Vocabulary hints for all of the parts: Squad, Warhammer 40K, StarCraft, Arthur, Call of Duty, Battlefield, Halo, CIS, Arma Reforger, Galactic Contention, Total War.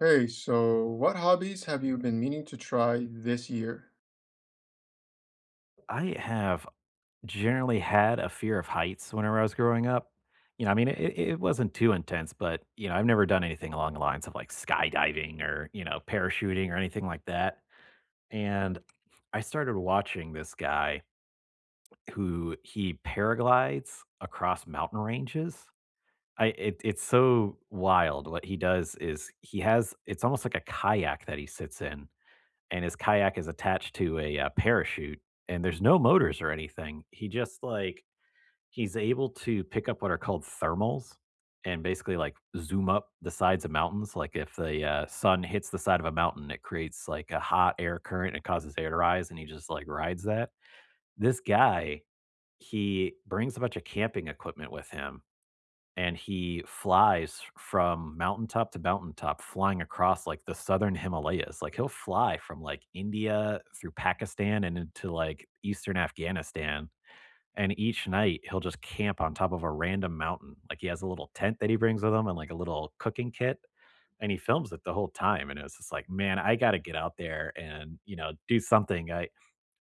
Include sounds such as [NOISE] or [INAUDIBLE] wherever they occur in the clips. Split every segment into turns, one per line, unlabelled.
Hey, so what hobbies have you been meaning to try this year?
I have generally had a fear of heights whenever I was growing up. You know, I mean, it wasn't too intense, but you know, I've never done anything along the lines of like skydiving or you know, parachuting or anything like that. And I started watching this guy who he paraglides across mountain ranges. It's so wild. What he does is he has it's almost like a kayak that he sits in, and his kayak is attached to a, parachute, and there's no motors or anything. He just, like he's able to pick up what are called thermals and basically, like, zoom up the sides of mountains. Like, if the, sun hits the side of a mountain, it creates, like, a hot air current, and it causes air to rise, and he just, like, rides that. This guy, he brings a bunch of camping equipment with him and he flies from mountaintop to mountaintop, flying across, like, the Southern Himalayas. Like, he'll fly from, like, India through Pakistan and into, like, Eastern Afghanistan, and each night, he'll just camp on top of a random mountain. Like, he has a little tent that he brings with him and, like, a little cooking kit, and he films it the whole time, and it was just like, "Man, I gotta get out there and, you know, do something." I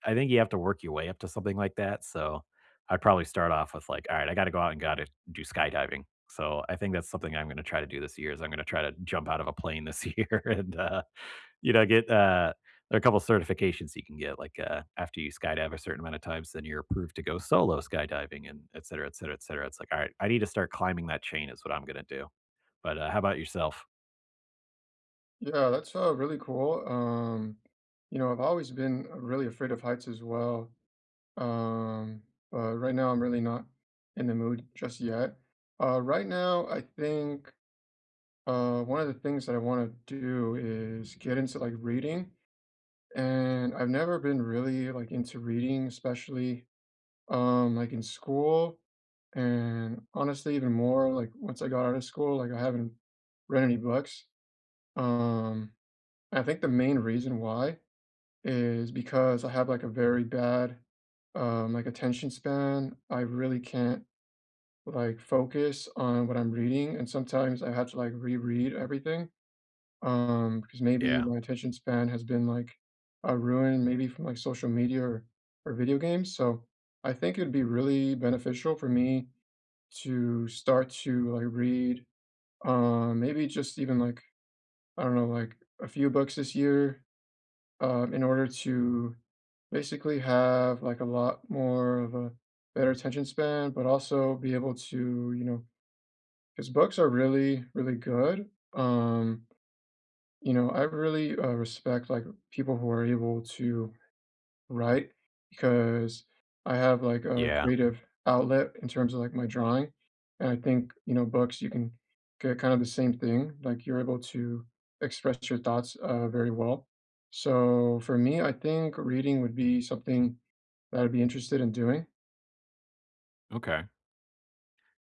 I think you have to work your way up to something like that, so I'd probably start off with, like, "Alright, I gotta go out and gotta do skydiving." So, I think that's something I'm gonna try to do this year is I'm gonna try to jump out of a plane this [LAUGHS] year and, you know, get there are a couple certifications you can get, like, after you skydive a certain amount of times, then you're approved to go solo skydiving and etcetera, etcetera, etcetera. It's like, "Alright, I need to start climbing that chain," is what I'm gonna do. But, how about yourself?
Yeah, that's really cool. You know, I've always been really afraid of heights as well. Um, but right now I'm really not in the mood just yet. Right now I think one of the things that I want to do is get into like reading, and I've never been really like into reading, especially like in school, and honestly even more like once I got out of school, like I haven't read any books. um I think the main reason why is because I have like a very bad like attention span. I really can't like focus on what I'm reading, and sometimes I have to like reread everything, because maybe
Yeah.
my attention span has been like ruined, maybe from like social media or video games. So I think it'd be really beneficial for me to start to like read. Maybe just even like, I don't know, like a few books this year, in order to basically have like a lot more of a better attention span, but also be able to, you know, because books are really, really good. You know, I really respect like people who are able to write, because I have like a
Yeah.
creative outlet in terms of like my drawing. And I think, you know, books, you can get kind of the same thing. Like, you're able to express your thoughts very well. So for me, I think reading would be something that I'd be interested in doing.
Okay.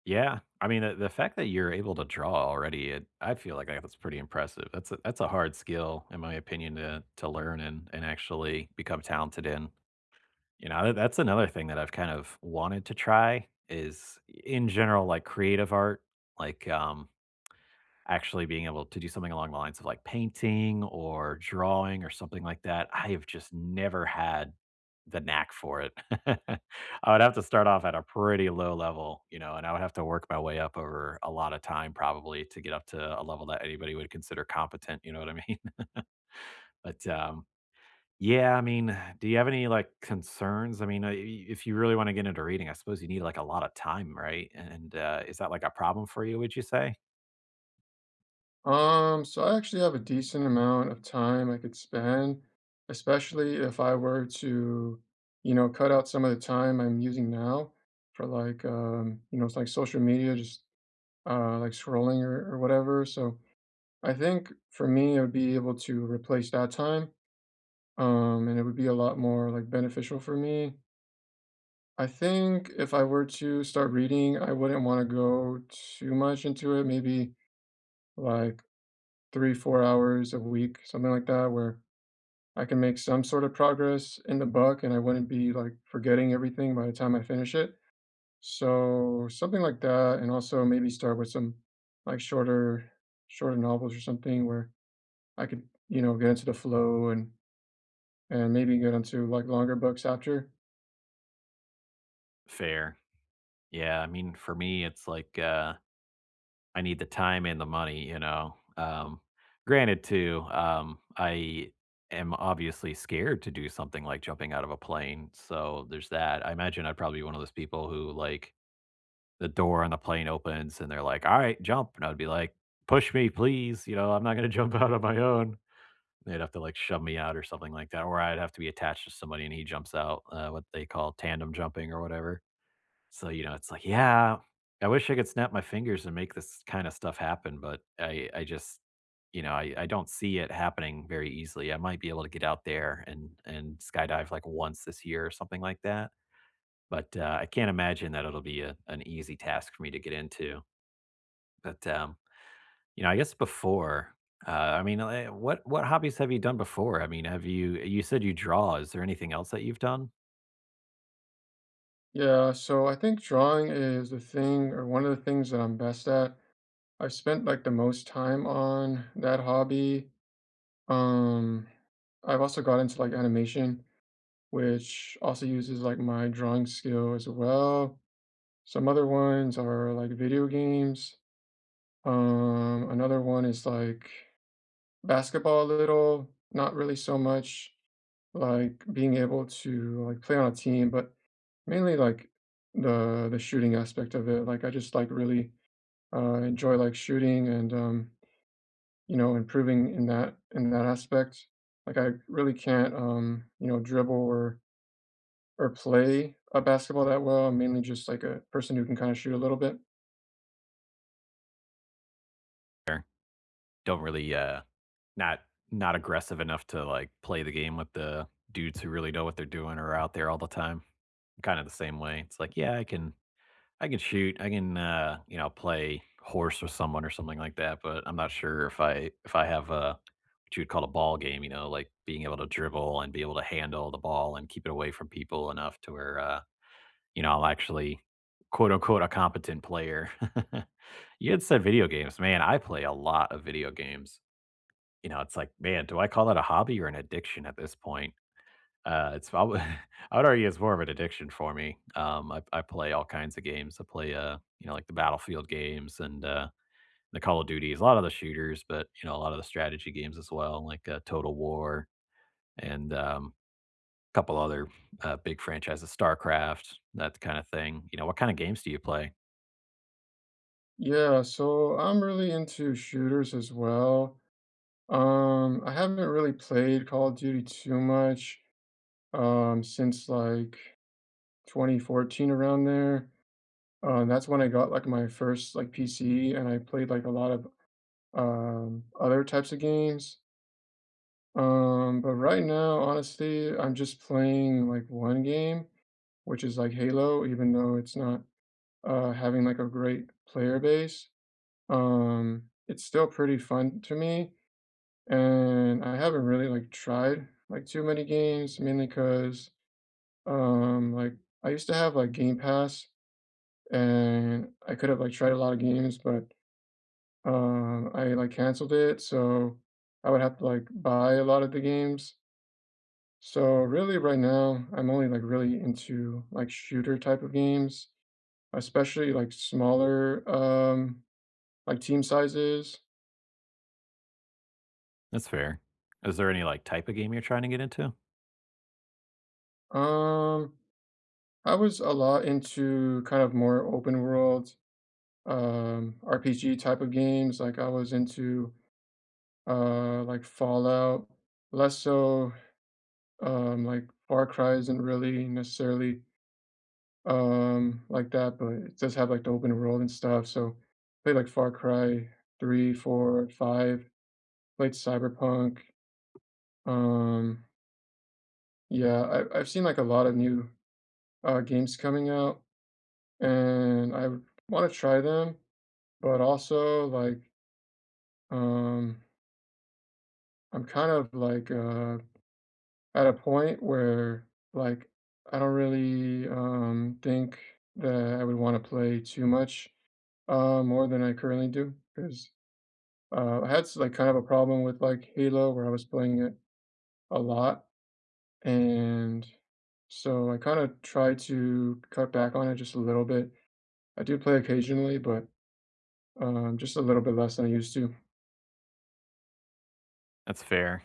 Yeah, I mean, the fact that you're able to draw already, it I feel like that's pretty impressive. That's a hard skill, in my opinion, to learn and actually become talented in. You know, that's another thing that I've kind of wanted to try is in general, like creative art, like actually being able to do something along the lines of like painting or drawing or something like that. I have just never had the knack for it. [LAUGHS] I would have to start off at a pretty low level, you know, and I would have to work my way up over a lot of time probably to get up to a level that anybody would consider competent, you know what I mean? [LAUGHS] But yeah, I mean, do you have any like concerns? I mean, if you really want to get into reading, I suppose you need like a lot of time, right? And is that like a problem for you, would you say?
So I actually have a decent amount of time I could spend, especially if I were to, you know, cut out some of the time I'm using now for like, you know, it's like social media, just like scrolling or whatever. So I think for me, I would be able to replace that time, and it would be a lot more like beneficial for me. I think if I were to start reading, I wouldn't want to go too much into it. Maybe like three, 4 hours a week, something like that, where I can make some sort of progress in the book and I wouldn't be like forgetting everything by the time I finish it. So something like that, and also maybe start with some like shorter, shorter novels or something where I could, you know, get into the flow and maybe get into like longer books after.
Fair. Yeah, I mean, for me, it's like, I need the time and the money, you know? Granted too, I am obviously scared to do something like jumping out of a plane, so there's that. I imagine I'd probably be one of those people who, like, the door on the plane opens and they're like, "All right, jump." And I'd be like, "Push me, please, you know, I'm not gonna [LAUGHS] jump out on my own." They'd have to, like, shove me out or something like that, or I'd have to be attached to somebody and he jumps out, what they call tandem jumping or whatever. So, you know, it's like, yeah, I wish I could snap my fingers and make this kind of stuff happen, but I just, you know, I don't see it happening very easily. I might be able to get out there and skydive like once this year or something like that, but, I can't imagine that it'll be a an easy task for me to get into, but you know, I guess I mean, what hobbies have you done before? I mean, have you you said you draw. Is there anything else that you've done?
Yeah, so I think drawing is the thing or one of the things that I'm best at. I've spent like the most time on that hobby. Um, I've also got into like animation, which also uses like my drawing skill as well. Some other ones are like video games. Another one is like basketball a little, not really so much like being able to like play on a team, but mainly like the shooting aspect of it. Like, I just like really enjoy like shooting, and you know, improving in that, in that aspect. Like, I really can't, you know, dribble or play a basketball that well. I'm mainly just like a person who can kind of shoot a little bit.
Or don't really not aggressive enough to like play the game with the dudes who really know what they're doing or are out there all the time. I'm kind of the same way. It's like, yeah, I can shoot. I can, you know, play horse with someone or something like that, but I'm not sure if I have a what you would call a ball game, you know, like being able to dribble and be able to handle the ball and keep it away from people enough to where you know, I'm actually quote unquote a competent player. [LAUGHS] You had said video games. Man, I play a lot of video games. You know, it's like, man, do I call that a hobby or an addiction at this point? It's probably [LAUGHS] I would argue it's more of an addiction for me. I play all kinds of games. I play, you know, like the Battlefield games and, the Call of Duties, a lot of the shooters, but, you know, a lot of the strategy games as well, like, Total War and a couple other, big franchises, StarCraft, that kind of thing. You know, what kind of games do you play?
Yeah, so I'm really into shooters as well. I haven't really played Call of Duty too much since like 2014, around there. That's when I got like my first like PC, and I played like a lot of other types of games. But right now, honestly, I'm just playing like one game, which is like Halo, even though it's not having like a great player base. It's still pretty fun to me, and I haven't really like tried like too many games, mainly because like I used to have like Game Pass, and I could have like tried a lot of games, but I like canceled it, so I would have to like buy a lot of the games. So really right now, I'm only like really into like shooter type of games, especially like smaller like team sizes.
That's fair. Is there any, like, type of game you're trying to get into?
Um I was a lot into kind of more open world RPG type of games. Like, I was into like Fallout, less so like Far Cry isn't really necessarily like that, but it does have like the open world and stuff. So played like Far Cry 3, 4, 5. Played Cyberpunk. Um yeah, I've seen like a lot of new games coming out, and I want to try them, but also like, um I'm kind of like at a point where like I don't really think that I would want to play too much more than I currently do, because I had s like kind of a problem with like Halo where I was playing it a lot, and so I kind of try to cut back on it just a little bit. I do play occasionally, but just a little bit less than I used to.
That's fair.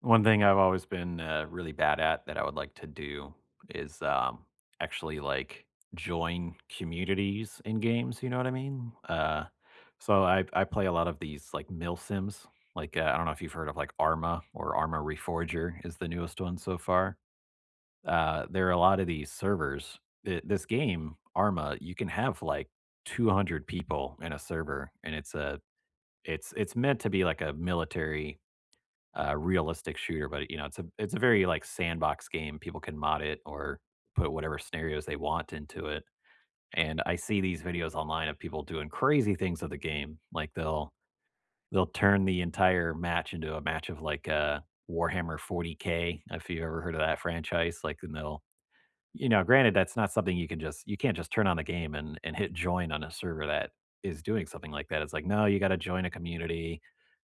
One thing I've always been, really bad at that I would like to do is, actually, like, join communities in games, you know what I mean? So I play a lot of these, like, mill sims. Like, I don't know if you've heard of, like, Arma or Arma Reforger is the newest one so far. There are a lot of these servers. Th this game, Arma, you can have, like, 200 people in a server, and it's a it's it's meant to be like a military realistic shooter, but you know, it's a very like sandbox game. People can mod it or put whatever scenarios they want into it. And I see these videos online of people doing crazy things of the game. Like they'll turn the entire match into a match of like Warhammer 40K, if you ever heard of that franchise. Like and they'll you know, granted, that's not something you can just you can't just turn on the game and hit join on a server that is doing something like that. It's like, no, you gotta join a community,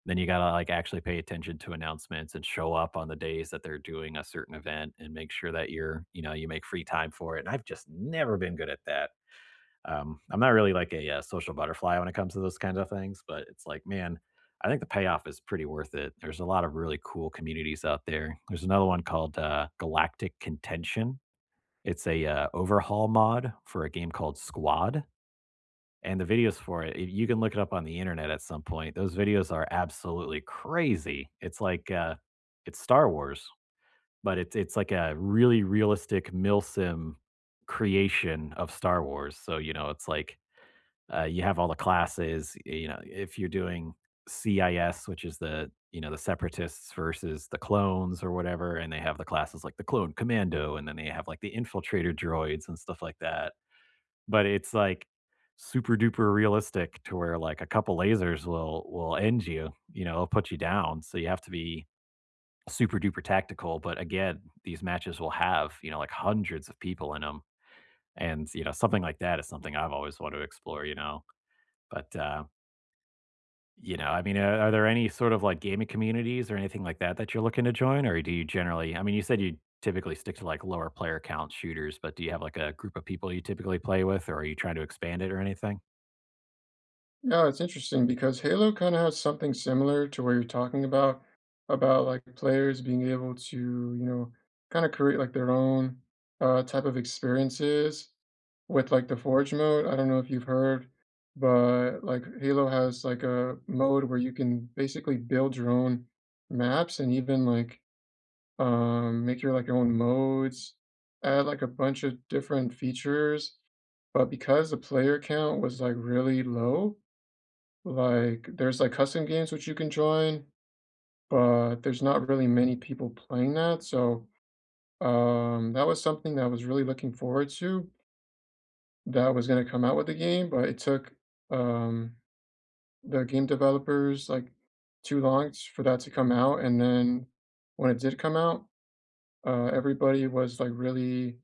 then you gotta, like, actually pay attention to announcements and show up on the days that they're doing a certain event and make sure that you're you know, you make free time for it, and I've just never been good at that. I'm not really like a, social butterfly when it comes to those kinds of things, but it's like, man, I think the payoff is pretty worth it. There's a lot of really cool communities out there. There's another one called, Galactic Contention. It's a, overhaul mod for a game called Squad, and the videos for it, if you can look it up on the internet at some point. Those videos are absolutely crazy. It's like, it's Star Wars, but it's like a really realistic milsim creation of Star Wars. So, you know, it's like you have all the classes, you know, if you're doing CIS, which is the, you know, the separatists versus the clones or whatever, and they have the classes like the clone commando, and then they have like the infiltrator droids and stuff like that. But it's like super duper realistic to where like a couple lasers will end you, you know, it'll put you down. So you have to be super duper tactical. But again, these matches will have, you know, like hundreds of people in them. And, you know, something like that is something I've always wanted to explore, you know. But You know, I mean, are there any sort of, like, gaming communities or anything like that that you're looking to join, or do you generally I mean, you said you typically stick to, like, lower player count shooters, but do you have, like, a group of people you typically play with, or are you trying to expand it or anything?
No, it's interesting because Halo kind of has something similar to what you're talking about like players being able to, you know, kind of create like their own type of experiences with like the Forge mode. I don't know if you've heard, but like Halo has like a mode where you can basically build your own maps, and even like, make your like your own modes, add like a bunch of different features. But because the player count was like really low, like, there's, like, custom games which you can join, but there's not really many people playing that, so, that was something that I was really looking forward to that was gonna come out with the game, but it took, um, the game developers, like, too long t for that to come out, and then when it did come out, everybody was, like, really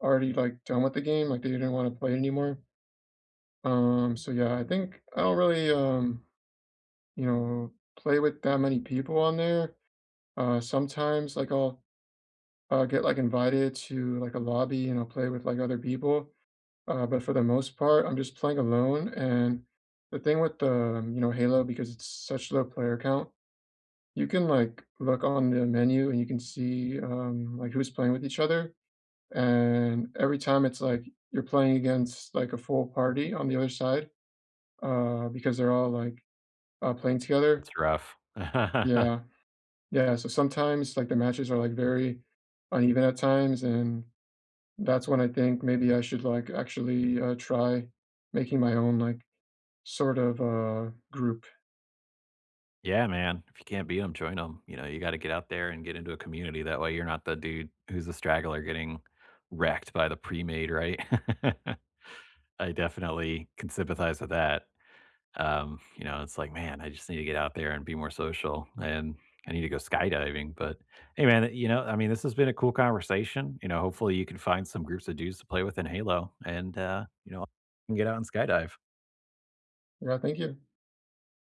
already, like, done with the game. Like, they didn't wanna play it anymore. So yeah, I think I don't really, you know, play with that many people on there. Sometimes, like, I'll, get, like, invited to, like, a lobby, and I'll play with, like, other people, but for the most part, I'm just playing alone, and the thing with the, you know, Halo, because it's such low player count, you can, like, look on the menu and you can see, like, who's playing with each other, and every time it's like you're playing against, like, a full party on the other side, because they're all, like, playing together.
That's rough. [LAUGHS]
Yeah. Yeah, so sometimes, like, the matches are, like, very uneven at times, and that's when I think maybe I should like actually try making my own like sort of group.
Yeah, man. If you can't beat them, join them. You know, you gotta get out there and get into a community, that way you're not the dude who's the straggler getting wrecked by the pre-made, right? [LAUGHS] I definitely can sympathize with that. You know, it's like, man, I just need to get out there and be more social and I need to go skydiving. But hey man, you know, I mean, this has been a cool conversation. You know, hopefully you can find some groups of dudes to play with in Halo and you know, get out and skydive.
Yeah, thank you.